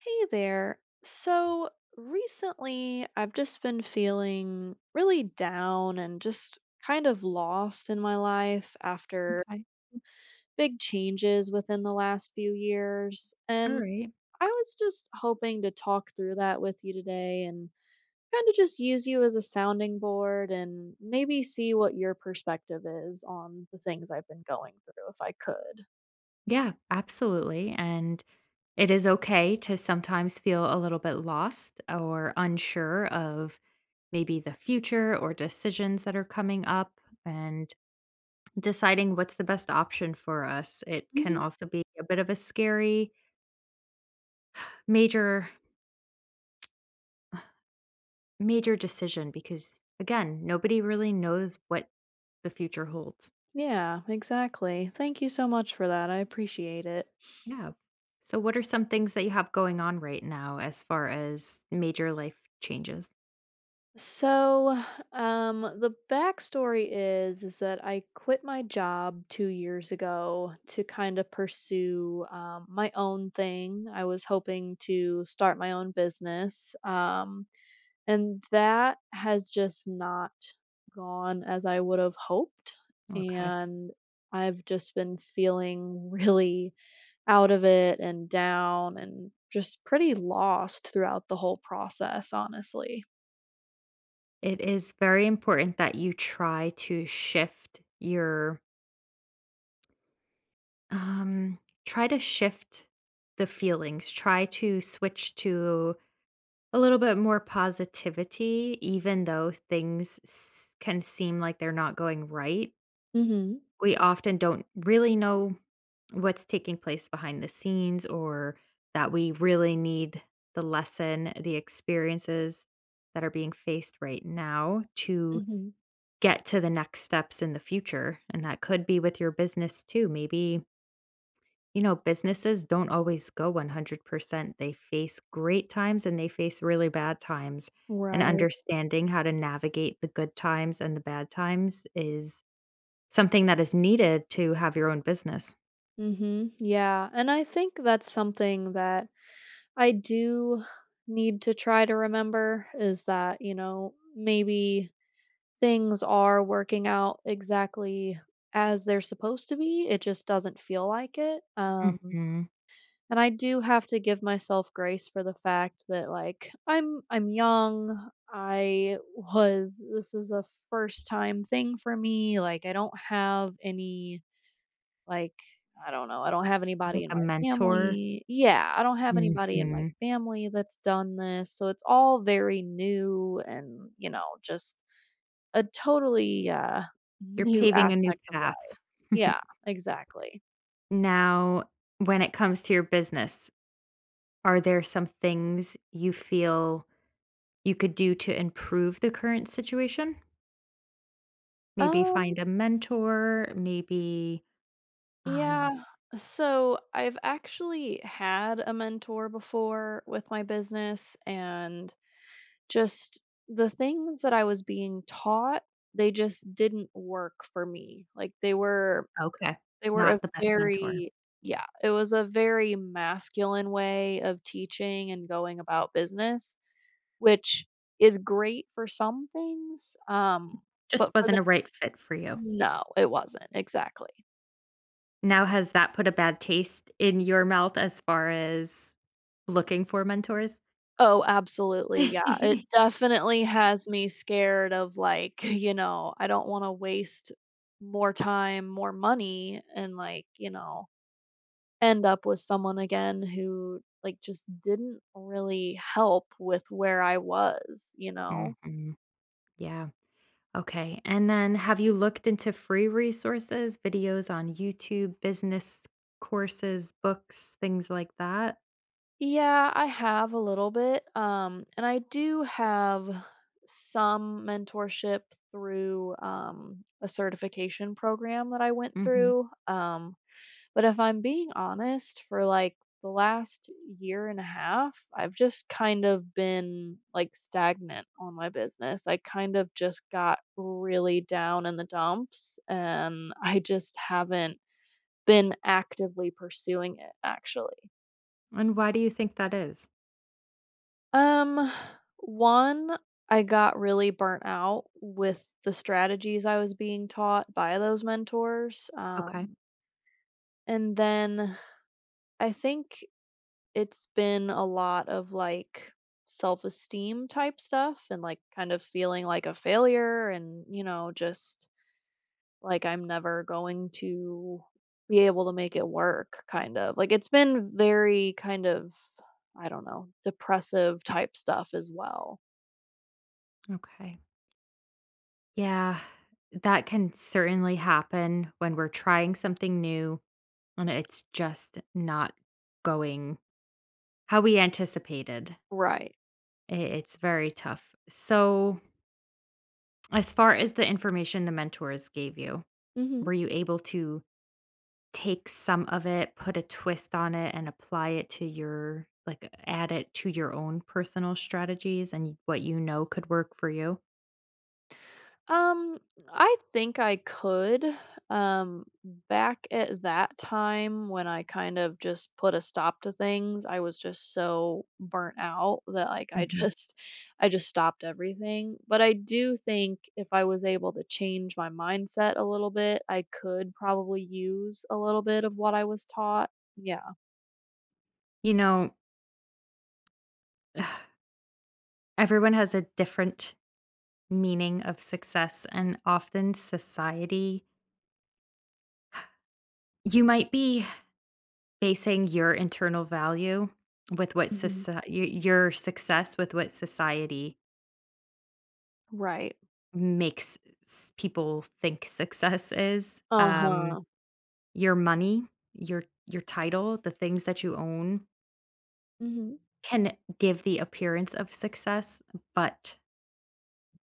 Hey there. So recently, I've just been feeling really down and just kind of lost in my life after Okay. big changes within the last few years. All And right. I was just hoping to talk through that with you today and kind of just use you as a sounding board and maybe see what your perspective is on the things I've been going through if I could. Yeah, absolutely. And it is okay to sometimes feel a little bit lost or unsure of maybe the future or decisions that are coming up and deciding what's the best option for us. It can Hmm. also be a bit of a scary major major decision because again, nobody really knows what the future holds. Yeah, exactly. Thank you so much for that. I appreciate it. Yeah. So what are some things that you have going on right now as far as major life changes? So, the backstory is that I quit my job 2 years ago to kind of pursue my own thing. I was hoping to start my own business, and that has just not gone as I would have hoped. Okay. And I've just been feeling really out of it and down and just pretty lost throughout the whole process, honestly. It is very important that you try to shift your um try to shift the feelings. Try to switch to a little bit more positivity even though can seem like they're not going right. Hmm. We often don't really know what's taking place behind the scenes or that we really need the lesson, the experiences that are being faced right now to Hmm. get to the next steps in the future. And that could be with your business too. Maybe, you know, businesses don't always go 100%. They face great times and they face really bad times. And Right. understanding how to navigate the good times and the bad times is something that is needed to have your own business. Mhm. Yeah, and I think that's something that I do need to try to remember is that, you know, maybe things are working out exactly as they're supposed to be. It just doesn't feel like it. Hmm. And I do have to give myself grace for the fact that like I'm young. I was this is a first time thing for me. Like I don't have any like, I don't know, I don't have Like anybody in a my mentor. family. Yeah, I don't have anybody in my Hmm. family that's done this, so it's all very new and, you know, just a totally, You're new paving a new aspect of life. path. Yeah, exactly. Now, when it comes to your business, are there some things you feel you could do to improve the current situation? Maybe Um, find a mentor, maybe um, yeah, so I've actually had a mentor before with my business, and just the things that I was being taught, they just didn't work for me. Like, they were okay, they were a not the best mentor. very yeah, it was a very masculine way of teaching and going about business, which is great for some things, Just but for the wasn't a right fit for you. no, it wasn't, exactly. Now has that put a bad taste in your mouth as far as looking for mentors? Oh, absolutely, yeah, it definitely has me scared of, like, you know, I don't wanna waste more time, more money, and, like, you know end up with someone again who, like, just didn't really help with where I was, you know? Mhm. Yeah. Okay. And then have you looked into free resources, videos on YouTube, business courses, books, things like that? Yeah, I have a little bit, and I do have some mentorship through, a certification program that I went Mhm. through, but if I'm being honest, for like the last year and a half, I've just kind of been like stagnant on my business. I kind of just got really down in the dumps and I just haven't been actively pursuing it actually. And why do you think that is? Um One, I got really burnt out with the strategies I was being taught by those mentors. Okay. And then I think it's been a lot of, like, self-esteem type stuff and, like, kind of feeling like a failure and, you know, just like I'm never going to be able to make it work, kind of. Like, it's been very kind of, I don't know, depressive type stuff as well. Okay. Yeah, that can certainly happen when we're trying something new and it's just not going how we anticipated. Right. It's very tough. So, as far as the information the mentors gave you, Mhm. were you able to take some of it, put a twist on it, and apply it to your, like, add it to your own personal strategies and what you know could work for you? Um, I think I could. Um, Back at that time when I kind of just put a stop to things, I was just so burnt out that like I Mhm. just I just stopped everything. But I do think if I was able to change my mindset a little bit, I could probably use a little bit of what I was taught. Yeah. You know, everyone has a different meaning of success, and often society, you might be basing your internal value with what Mhm. society, your success with what society Right. makes people think success is. Uh-huh. Your money, your title, the things that you own Mhm. can give the appearance of success, but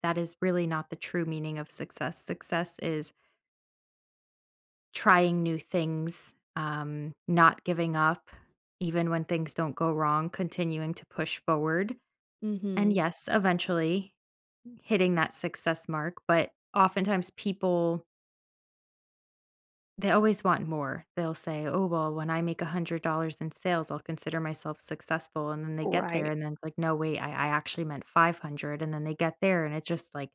that is really not the true meaning of success. Success is trying new things, not giving up, even when things don't go wrong, continuing to push forward. And Mhm. yes, eventually hitting that success mark. But oftentimes people, they always want more. They'll say, oh, well, when I make $100 in sales, I'll consider myself successful. And then they get there Right. and then it's like, no, wait, I actually meant 500. And then they get there and it just like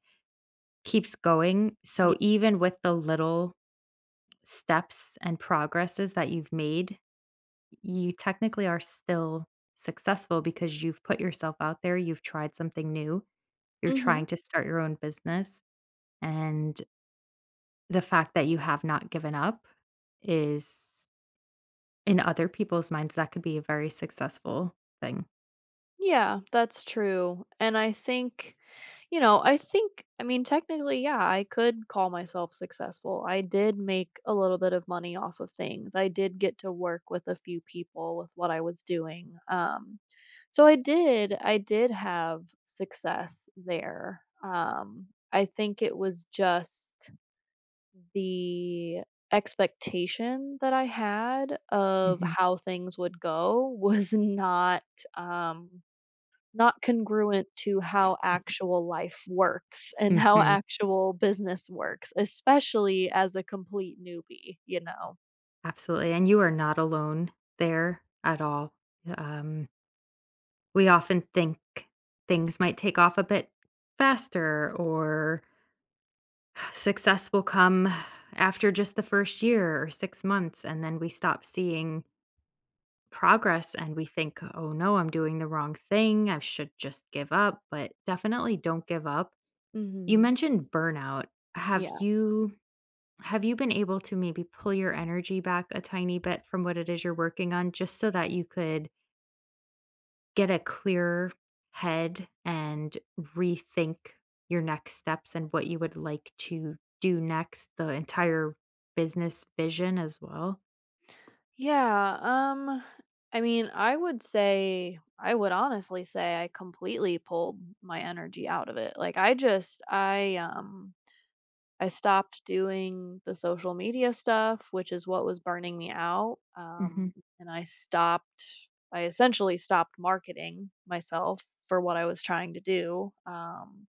keeps going. So Yeah. even with the little steps and progresses that you've made, you technically are still successful because you've put yourself out there, you've tried something new, you're Mhm. trying to start your own business, and the fact that you have not given up is in other people's minds, that could be a very successful thing. Yeah, that's true. And I think, you know, I think, I mean, technically, yeah, I could call myself successful. I did make a little bit of money off of things. I did get to work with a few people with what I was doing. So I did have success there. I think it was just the expectation that I had of Mhm. how things would go was not um not congruent to how actual life works and how Mhm. actual business works, especially as a complete newbie, you know? Absolutely, and you are not alone there at all. Um, we often think things might take off a bit faster or success will come after just the first year or 6 months, and then we stop seeing progress and we think, "Oh no, I'm doing the wrong thing. I should just give up," but definitely don't give up. You Mhm. mentioned burnout. Have Yeah. you have you been able to maybe pull your energy back a tiny bit from what it is you're working on just so that you could get a clearer head and rethink your next steps and what you would like to do next, the entire business vision as well. Yeah, I mean, I would say I would honestly say I completely pulled my energy out of it. Like, I just I stopped doing the social media stuff, which is what was burning me out. Mhm. And I stopped, I essentially stopped marketing myself for what I was trying to do.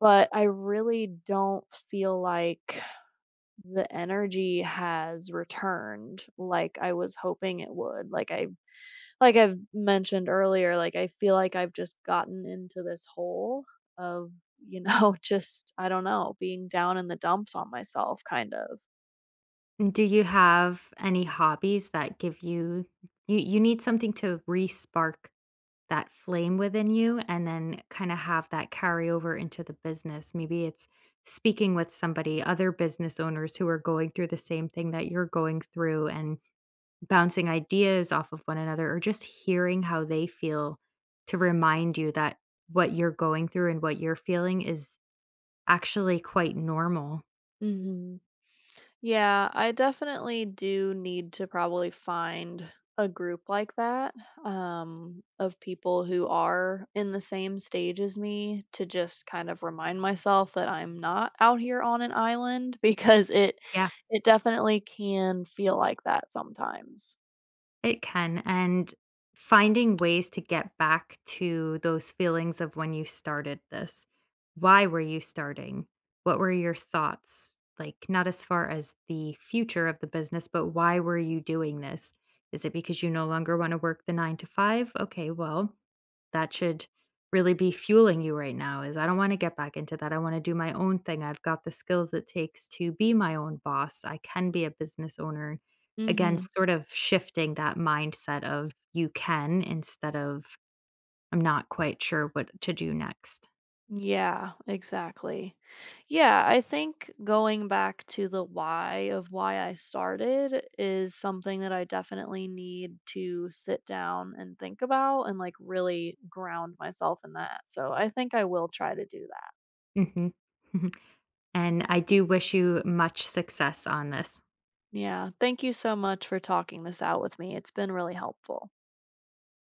But I really don't feel like the energy has returned like I was hoping it would. Like I like I've mentioned earlier, like, I feel like I've just gotten into this hole of, you know, just, I don't know, being down in the dumps on myself, kind of. Do you have any hobbies that give you you need something to re-spark that flame within you and then kinda have that carry over into the business. Maybe it's speaking with somebody, other business owners who are going through the same thing that you're going through and bouncing ideas off of one another or just hearing how they feel to remind you that what you're going through and what you're feeling is actually quite normal. Mhm. Yeah, I definitely do need to probably find a group like that, of people who are in the same stage as me to just kind of remind myself that I'm not out here on an island because it Yeah, it definitely can feel like that sometimes. it can. And finding ways to get back to those feelings of when you started this. Why were you starting? What were your thoughts? Like, not as far as the future of the business, but why were you doing this? Is it because you no longer want to work the nine to five? Okay, well, that should really be fueling you right now is I don't want to get back into that. I want to do my own thing. I've got the skills it takes to be my own boss. I can be a business owner. Again, Mhm. sort of shifting that mindset of you can instead of I'm not quite sure what to do next. Yeah, exactly. Yeah, I think going back to the why of why I started is something that I definitely need to sit down and think about and like really ground myself in that. So I think I will try to do that. Mhm. And I do wish you much success on this. Yeah, thank you so much for talking this out with me. It's been really helpful.